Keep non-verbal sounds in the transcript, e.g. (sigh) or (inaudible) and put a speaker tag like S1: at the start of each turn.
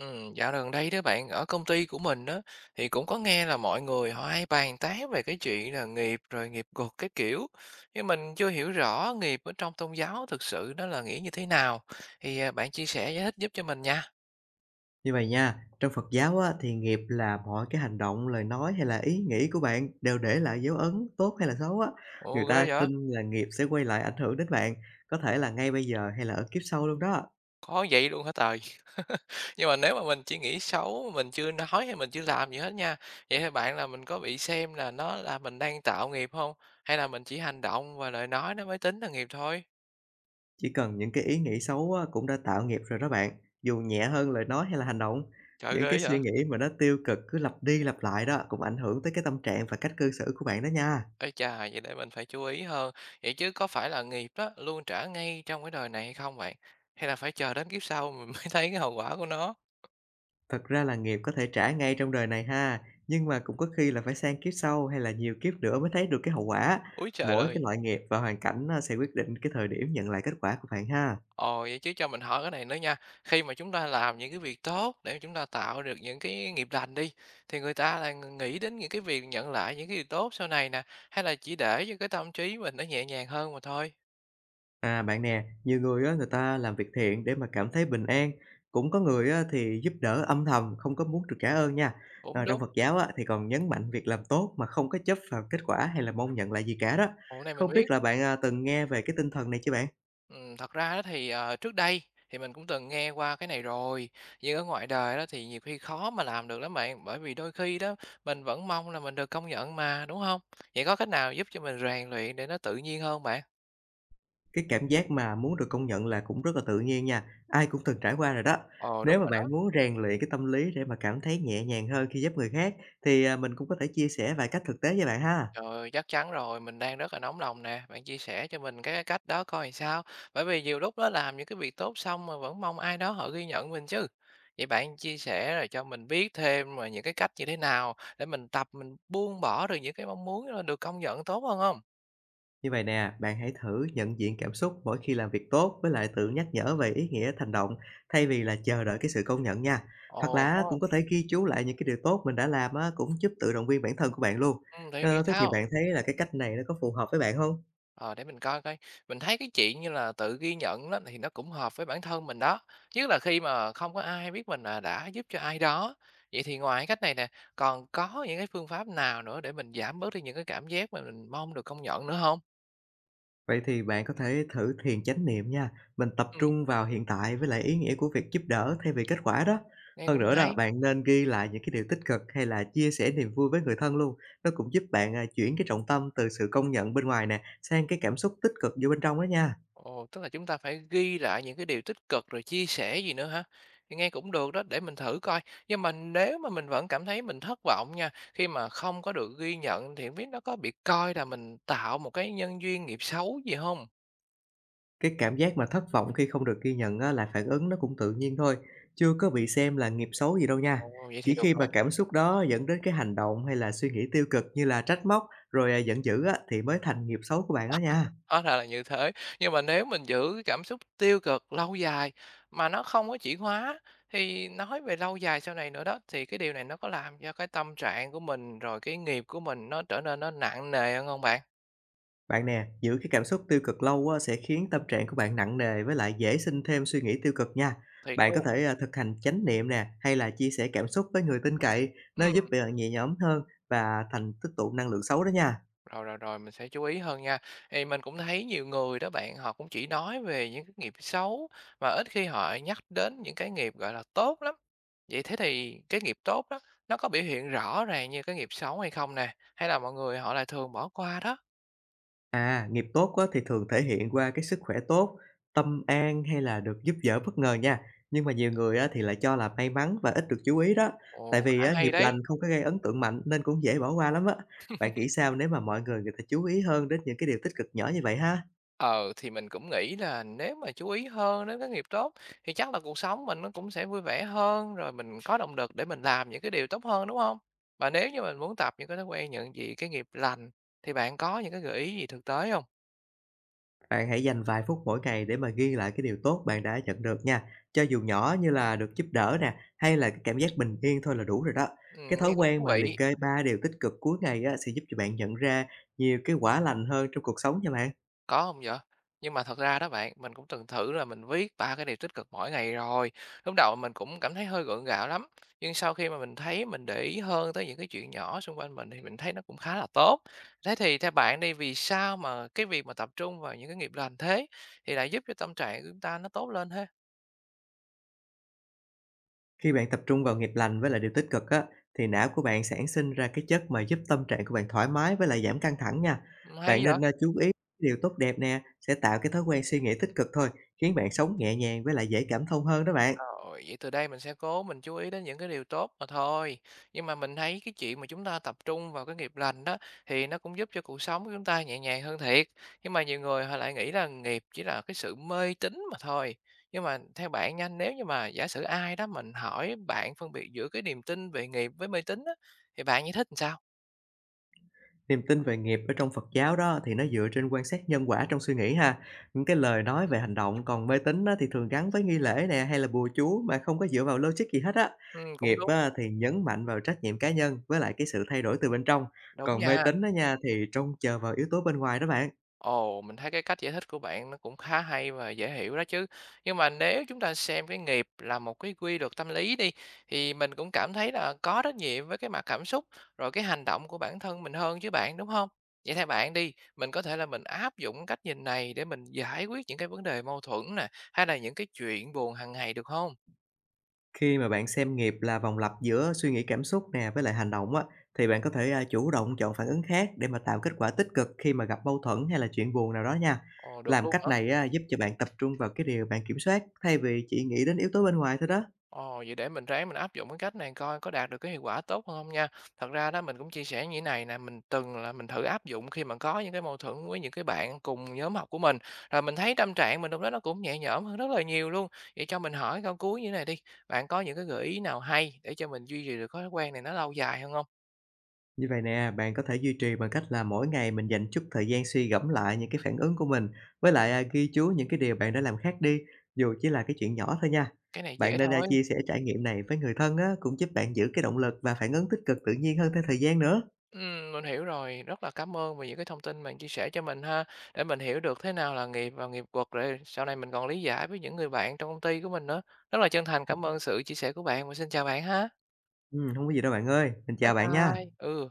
S1: Dạo gần đây đó bạn, ở công ty của mình đó thì cũng có nghe là mọi người họ hay bàn tán về cái chuyện là nghiệp rồi nghiệp gột cái kiểu. Nhưng mình chưa hiểu rõ nghiệp ở trong tôn giáo thực sự nó là nghĩa như thế nào. Thì bạn chia sẻ giải thích giúp cho mình nha.
S2: Như vậy nha, trong Phật giáo á, thì nghiệp là mọi cái hành động, lời nói hay là ý nghĩ của bạn đều để lại dấu ấn tốt hay là xấu á. Người
S1: Ồ ghê
S2: ta
S1: vậy.
S2: tin là nghiệp sẽ quay lại ảnh hưởng đến bạn, có thể là ngay bây giờ hay là ở kiếp sau luôn đó.
S1: Có vậy luôn hả trời. (laughs) Nhưng mà nếu mà mình chỉ nghĩ xấu, mình chưa nói hay mình chưa làm gì hết nha. Vậy thì bạn, là mình có bị xem là nó là mình đang tạo nghiệp không? Hay là mình chỉ hành động và lời nói nó mới tính là nghiệp thôi?
S2: Chỉ cần những cái ý nghĩ xấu á, cũng đã tạo nghiệp rồi đó bạn, dù nhẹ hơn lời nói hay là hành động.
S1: Trời,
S2: Những cái
S1: ghê
S2: suy
S1: vậy.
S2: nghĩ mà nó tiêu cực cứ lặp đi lặp lại đó, cũng ảnh hưởng tới cái tâm trạng và cách cư xử của bạn đó nha.
S1: Ê chà, vậy để mình phải chú ý hơn. Vậy chứ có phải là nghiệp đó luôn trả ngay trong cái đời này hay không bạn? Hay là phải chờ đến kiếp sau mình (laughs) mới thấy cái hậu quả của nó?
S2: Thật ra là nghiệp có thể trả ngay trong đời này ha, nhưng mà cũng có khi là phải sang kiếp sau hay là nhiều kiếp nữa mới thấy được cái hậu quả.
S1: Úi trời
S2: Mỗi cái
S1: ơi!
S2: loại nghiệp và hoàn cảnh á, sẽ quyết định cái thời điểm nhận lại kết quả của bạn ha.
S1: Ồ, vậy chứ cho mình hỏi cái này nữa nha. Khi mà chúng ta làm những cái việc tốt để chúng ta tạo được những cái nghiệp lành đi, thì người ta là nghĩ đến những cái việc nhận lại những cái điều tốt sau này nè, hay là chỉ để cho cái tâm trí mình nó nhẹ nhàng hơn mà thôi?
S2: À bạn nè, nhiều người á, người ta làm việc thiện để mà cảm thấy bình an, cũng có người á, thì giúp đỡ âm thầm không có muốn được trả ơn nha. À,
S1: Cũng
S2: trong
S1: đúng.
S2: Phật giáo á, thì còn nhấn mạnh việc làm tốt mà không có chấp vào kết quả hay là mong nhận lại gì cả đó.
S1: Ồ, cái này
S2: Không
S1: mình
S2: biết
S1: biết.
S2: là bạn à, từng nghe về cái tinh thần này chưa bạn?
S1: Thật ra đó thì, trước đây thì mình cũng từng nghe qua cái này rồi, nhưng ở ngoài đời đó thì nhiều khi khó mà làm được lắm bạn, bởi vì đôi khi đó mình vẫn mong là mình được công nhận mà, đúng không? Vậy có cách nào giúp cho mình rèn luyện để nó tự nhiên hơn bạn?
S2: Cái cảm giác mà muốn được công nhận là cũng rất là tự nhiên nha, ai cũng từng trải qua rồi đó.
S1: Ồ,
S2: Nếu
S1: đúng
S2: mà
S1: rồi đó.
S2: bạn muốn rèn luyện cái tâm lý để mà cảm thấy nhẹ nhàng hơn khi giúp người khác thì, mình cũng có thể chia sẻ vài cách thực tế với bạn ha.
S1: Rồi, chắc chắn rồi, mình đang rất là nóng lòng nè, bạn chia sẻ cho mình cái cách đó coi làm sao. Bởi vì nhiều lúc đó làm những cái việc tốt xong mà vẫn mong ai đó họ ghi nhận mình chứ. Vậy bạn chia sẻ rồi cho mình biết thêm mà những cái cách như thế nào để mình tập mình buông bỏ được những cái mong muốn được công nhận tốt hơn không?
S2: Như vậy nè, bạn hãy thử nhận diện cảm xúc mỗi khi làm việc tốt với lại tự nhắc nhở về ý nghĩa hành động thay vì là chờ đợi cái sự công nhận nha. Hoặc
S1: Ồ,
S2: là
S1: ồ.
S2: cũng có thể ghi chú lại những cái điều tốt mình đã làm á, cũng giúp tự động viên bản thân của bạn luôn.
S1: Ừ, thì nghĩ
S2: Ờ, thế thì
S1: sao?
S2: bạn thấy là cái cách này nó có phù hợp với bạn không?
S1: Ờ, để mình coi coi. Mình thấy cái chuyện như là tự ghi nhận đó thì nó cũng hợp với bản thân mình đó. Nhất là khi mà không có ai biết mình là đã giúp cho ai đó. Vậy thì ngoài cách này nè, còn có những cái phương pháp nào nữa để mình giảm bớt đi những cái cảm giác mà mình mong được công nhận nữa không?
S2: Vậy thì bạn có thể thử thiền chánh niệm nha, mình tập
S1: Ừ,
S2: trung vào hiện tại với lại ý nghĩa của việc giúp đỡ thay vì kết quả đó.
S1: nghe
S2: Hơn
S1: cũng
S2: nữa đó,
S1: hay.
S2: bạn nên ghi lại những cái điều tích cực hay là chia sẻ niềm vui với người thân luôn. Nó cũng giúp bạn, chuyển cái trọng tâm từ sự công nhận bên ngoài nè, sang cái cảm xúc tích cực vô bên trong đó nha.
S1: Ồ, tức là chúng ta phải ghi lại những cái điều tích cực rồi chia sẻ gì nữa hả? Thì nghe cũng được đó, để mình thử coi. Nhưng mà nếu mà mình vẫn cảm thấy mình thất vọng nha, khi mà không có được ghi nhận thì không biết nó có bị coi là mình tạo một cái nhân duyên nghiệp xấu gì không?
S2: Cái cảm giác mà thất vọng khi không được ghi nhận á, là phản ứng nó cũng tự nhiên thôi, chưa có bị xem là nghiệp xấu gì đâu nha.
S1: Ồ, vậy thì
S2: Chỉ
S1: được
S2: khi mà
S1: rồi.
S2: cảm xúc đó dẫn đến cái hành động hay là suy nghĩ tiêu cực như là trách móc, rồi, giận dữ á, thì mới thành nghiệp xấu của bạn đó nha.
S1: Hóa ra là như thế. Nhưng mà nếu mình giữ cái cảm xúc tiêu cực lâu dài mà nó không có chuyển hóa, thì nói về lâu dài sau này nữa đó, thì cái điều này nó có làm cho cái tâm trạng của mình rồi cái nghiệp của mình nó trở nên nó nặng nề hơn không bạn?
S2: Bạn nè, giữ cái cảm xúc tiêu cực lâu á, sẽ khiến tâm trạng của bạn nặng nề với lại dễ sinh thêm suy nghĩ tiêu cực nha.
S1: Thiệt
S2: Bạn có
S1: luôn.
S2: thể thực hành chánh niệm nè, hay là chia sẻ cảm xúc với người tin cậy, nó giúp
S1: Ừ.
S2: bạn nhẹ nhõm hơn và thành tích tụ năng lượng xấu đó nha.
S1: Rồi, rồi, rồi, mình sẽ chú ý hơn nha. Thì mình cũng thấy nhiều người đó bạn, họ cũng chỉ nói về những cái nghiệp xấu mà ít khi họ nhắc đến những cái nghiệp, gọi là, tốt lắm. Vậy thế thì cái nghiệp tốt đó, nó có biểu hiện rõ ràng như cái nghiệp xấu hay không nè? Hay là mọi người họ lại thường bỏ qua đó?
S2: À, nghiệp tốt á, thì thường thể hiện qua cái sức khỏe tốt, tâm an hay là được giúp đỡ bất ngờ nha. Nhưng mà nhiều người á, thì lại cho là may mắn và ít được chú ý đó. Tại
S1: Ồ,
S2: vì
S1: khá
S2: á,
S1: hay
S2: nghiệp lành
S1: đấy.
S2: không có gây ấn tượng mạnh nên cũng dễ bỏ qua lắm á. Bạn nghĩ sao nếu mà mọi người người ta chú ý hơn đến những cái điều tích cực nhỏ như vậy ha?
S1: Ờ, thì mình cũng nghĩ là nếu mà chú ý hơn đến cái nghiệp tốt thì chắc là cuộc sống mình nó cũng sẽ vui vẻ hơn, rồi mình có động lực để mình làm những cái điều tốt hơn, đúng không? Và nếu như mình muốn tập những cái thói quen nhận diện cái nghiệp lành thì bạn có những cái gợi ý gì thực tế không?
S2: Bạn hãy dành vài phút mỗi ngày để mà ghi lại cái điều tốt bạn đã nhận được nha. Cho dù nhỏ như là được giúp đỡ nè, hay là cái cảm giác bình yên thôi là đủ rồi đó. Cái thói
S1: Nghe cũng
S2: quen
S1: thú
S2: mà liệt
S1: vị.
S2: kê 3 điều tích cực cuối ngày á, sẽ giúp cho bạn nhận ra nhiều cái quả lành hơn trong cuộc sống nha bạn.
S1: Có không vậy? Nhưng mà thật ra đó bạn, mình cũng từng thử là mình viết 3 cái điều tích cực mỗi ngày rồi. Lúc đầu mình cũng cảm thấy hơi gượng gạo lắm, nhưng sau khi mà mình thấy mình để ý hơn tới những cái chuyện nhỏ xung quanh mình thì mình thấy nó cũng khá là tốt. Thế thì theo bạn đi, vì sao mà cái việc mà tập trung vào những cái nghiệp lành thế thì lại giúp cho tâm trạng của chúng ta nó tốt lên thế?
S2: Khi bạn tập trung vào nghiệp lành với lại điều tích cực á, thì não của bạn sản sinh ra cái chất mà giúp tâm trạng của bạn thoải mái với lại giảm căng thẳng nha.
S1: Hay
S2: Bạn
S1: vậy?
S2: nên chú ý điều tốt đẹp nè, sẽ tạo cái thói quen suy nghĩ tích cực thôi, khiến bạn sống nhẹ nhàng với lại dễ cảm thông hơn đó bạn.
S1: Rồi, vậy từ đây mình sẽ cố mình chú ý đến những cái điều tốt mà thôi. Nhưng mà mình thấy cái chuyện mà chúng ta tập trung vào cái nghiệp lành đó thì nó cũng giúp cho cuộc sống của chúng ta nhẹ nhàng hơn thiệt. Nhưng mà nhiều người họ lại nghĩ là nghiệp chỉ là cái sự mê tín mà thôi. Nhưng mà theo bạn nha, nếu như mà giả sử ai đó mình hỏi, bạn phân biệt giữa cái niềm tin về nghiệp với mê tín á thì bạn giải thích làm sao?
S2: Niềm tin về nghiệp ở trong Phật giáo đó thì nó dựa trên quan sát nhân quả trong suy nghĩ ha. Những cái lời nói về hành động còn mê tín á thì thường gắn với nghi lễ nè hay là bùa chú mà không có dựa vào logic gì hết á.
S1: Ừ, cũng
S2: Nghiệp
S1: đúng.
S2: á thì nhấn mạnh vào trách nhiệm cá nhân với lại cái sự thay đổi từ bên trong.
S1: Đúng
S2: Còn mê
S1: nha.
S2: tín đó nha thì trông chờ vào yếu tố bên ngoài đó bạn.
S1: Ồ, mình thấy cái cách giải thích của bạn nó cũng khá hay và dễ hiểu đó chứ. Nhưng mà nếu chúng ta xem cái nghiệp là một cái quy luật tâm lý đi, thì mình cũng cảm thấy là có trách nhiệm với cái mặt cảm xúc rồi cái hành động của bản thân mình hơn chứ bạn, đúng không? Vậy theo bạn đi, mình có thể là mình áp dụng cách nhìn này để mình giải quyết những cái vấn đề mâu thuẫn nè, hay là những cái chuyện buồn hàng ngày được không?
S2: Khi mà bạn xem nghiệp là vòng lặp giữa suy nghĩ cảm xúc nè với lại hành động á, thì bạn có thể chủ động chọn phản ứng khác để mà tạo kết quả tích cực khi mà gặp mâu thuẫn hay là chuyện buồn nào đó nha.
S1: Ồ, được
S2: Làm
S1: luôn
S2: cách
S1: hả?
S2: này á, giúp cho bạn tập trung vào cái điều bạn kiểm soát thay vì chỉ nghĩ đến yếu tố bên ngoài thôi đó.
S1: Ồ, vậy để mình ráng mình áp dụng cái cách này coi có đạt được cái hiệu quả tốt hơn hông nha. Thật ra đó mình cũng chia sẻ như thế này nè, mình từng là mình thử áp dụng khi mà có những cái mâu thuẫn với những cái bạn cùng nhóm học của mình, rồi mình thấy tâm trạng mình lúc đó nó cũng nhẹ nhõm hơn rất là nhiều luôn. Vậy cho mình hỏi câu cuối như thế này đi, bạn có những cái gợi ý nào hay để cho mình duy trì được thói quen này nó lâu dài hơn không?
S2: Như vậy nè, bạn có thể duy trì bằng cách là mỗi ngày mình dành chút thời gian suy gẫm lại những cái phản ứng của mình với lại ghi chú những cái điều bạn đã làm khác đi, dù chỉ là cái chuyện nhỏ thôi nha.
S1: Cái này
S2: Bạn
S1: dễ
S2: nên
S1: thôi.
S2: chia sẻ trải nghiệm này với người thân á, cũng giúp bạn giữ cái động lực và phản ứng tích cực tự nhiên hơn theo thời gian nữa.
S1: Mình hiểu rồi, rất là cảm ơn vì những cái thông tin bạn chia sẻ cho mình ha, để mình hiểu được thế nào là nghiệp và nghiệp quật để sau này mình còn lý giải với những người bạn trong công ty của mình nữa. Rất là chân thành cảm ơn sự chia sẻ của bạn và xin chào bạn ha.
S2: Hông có gì đâu bạn ơi, mình
S1: Bye
S2: chào bạn nha.
S1: bye. Ừ.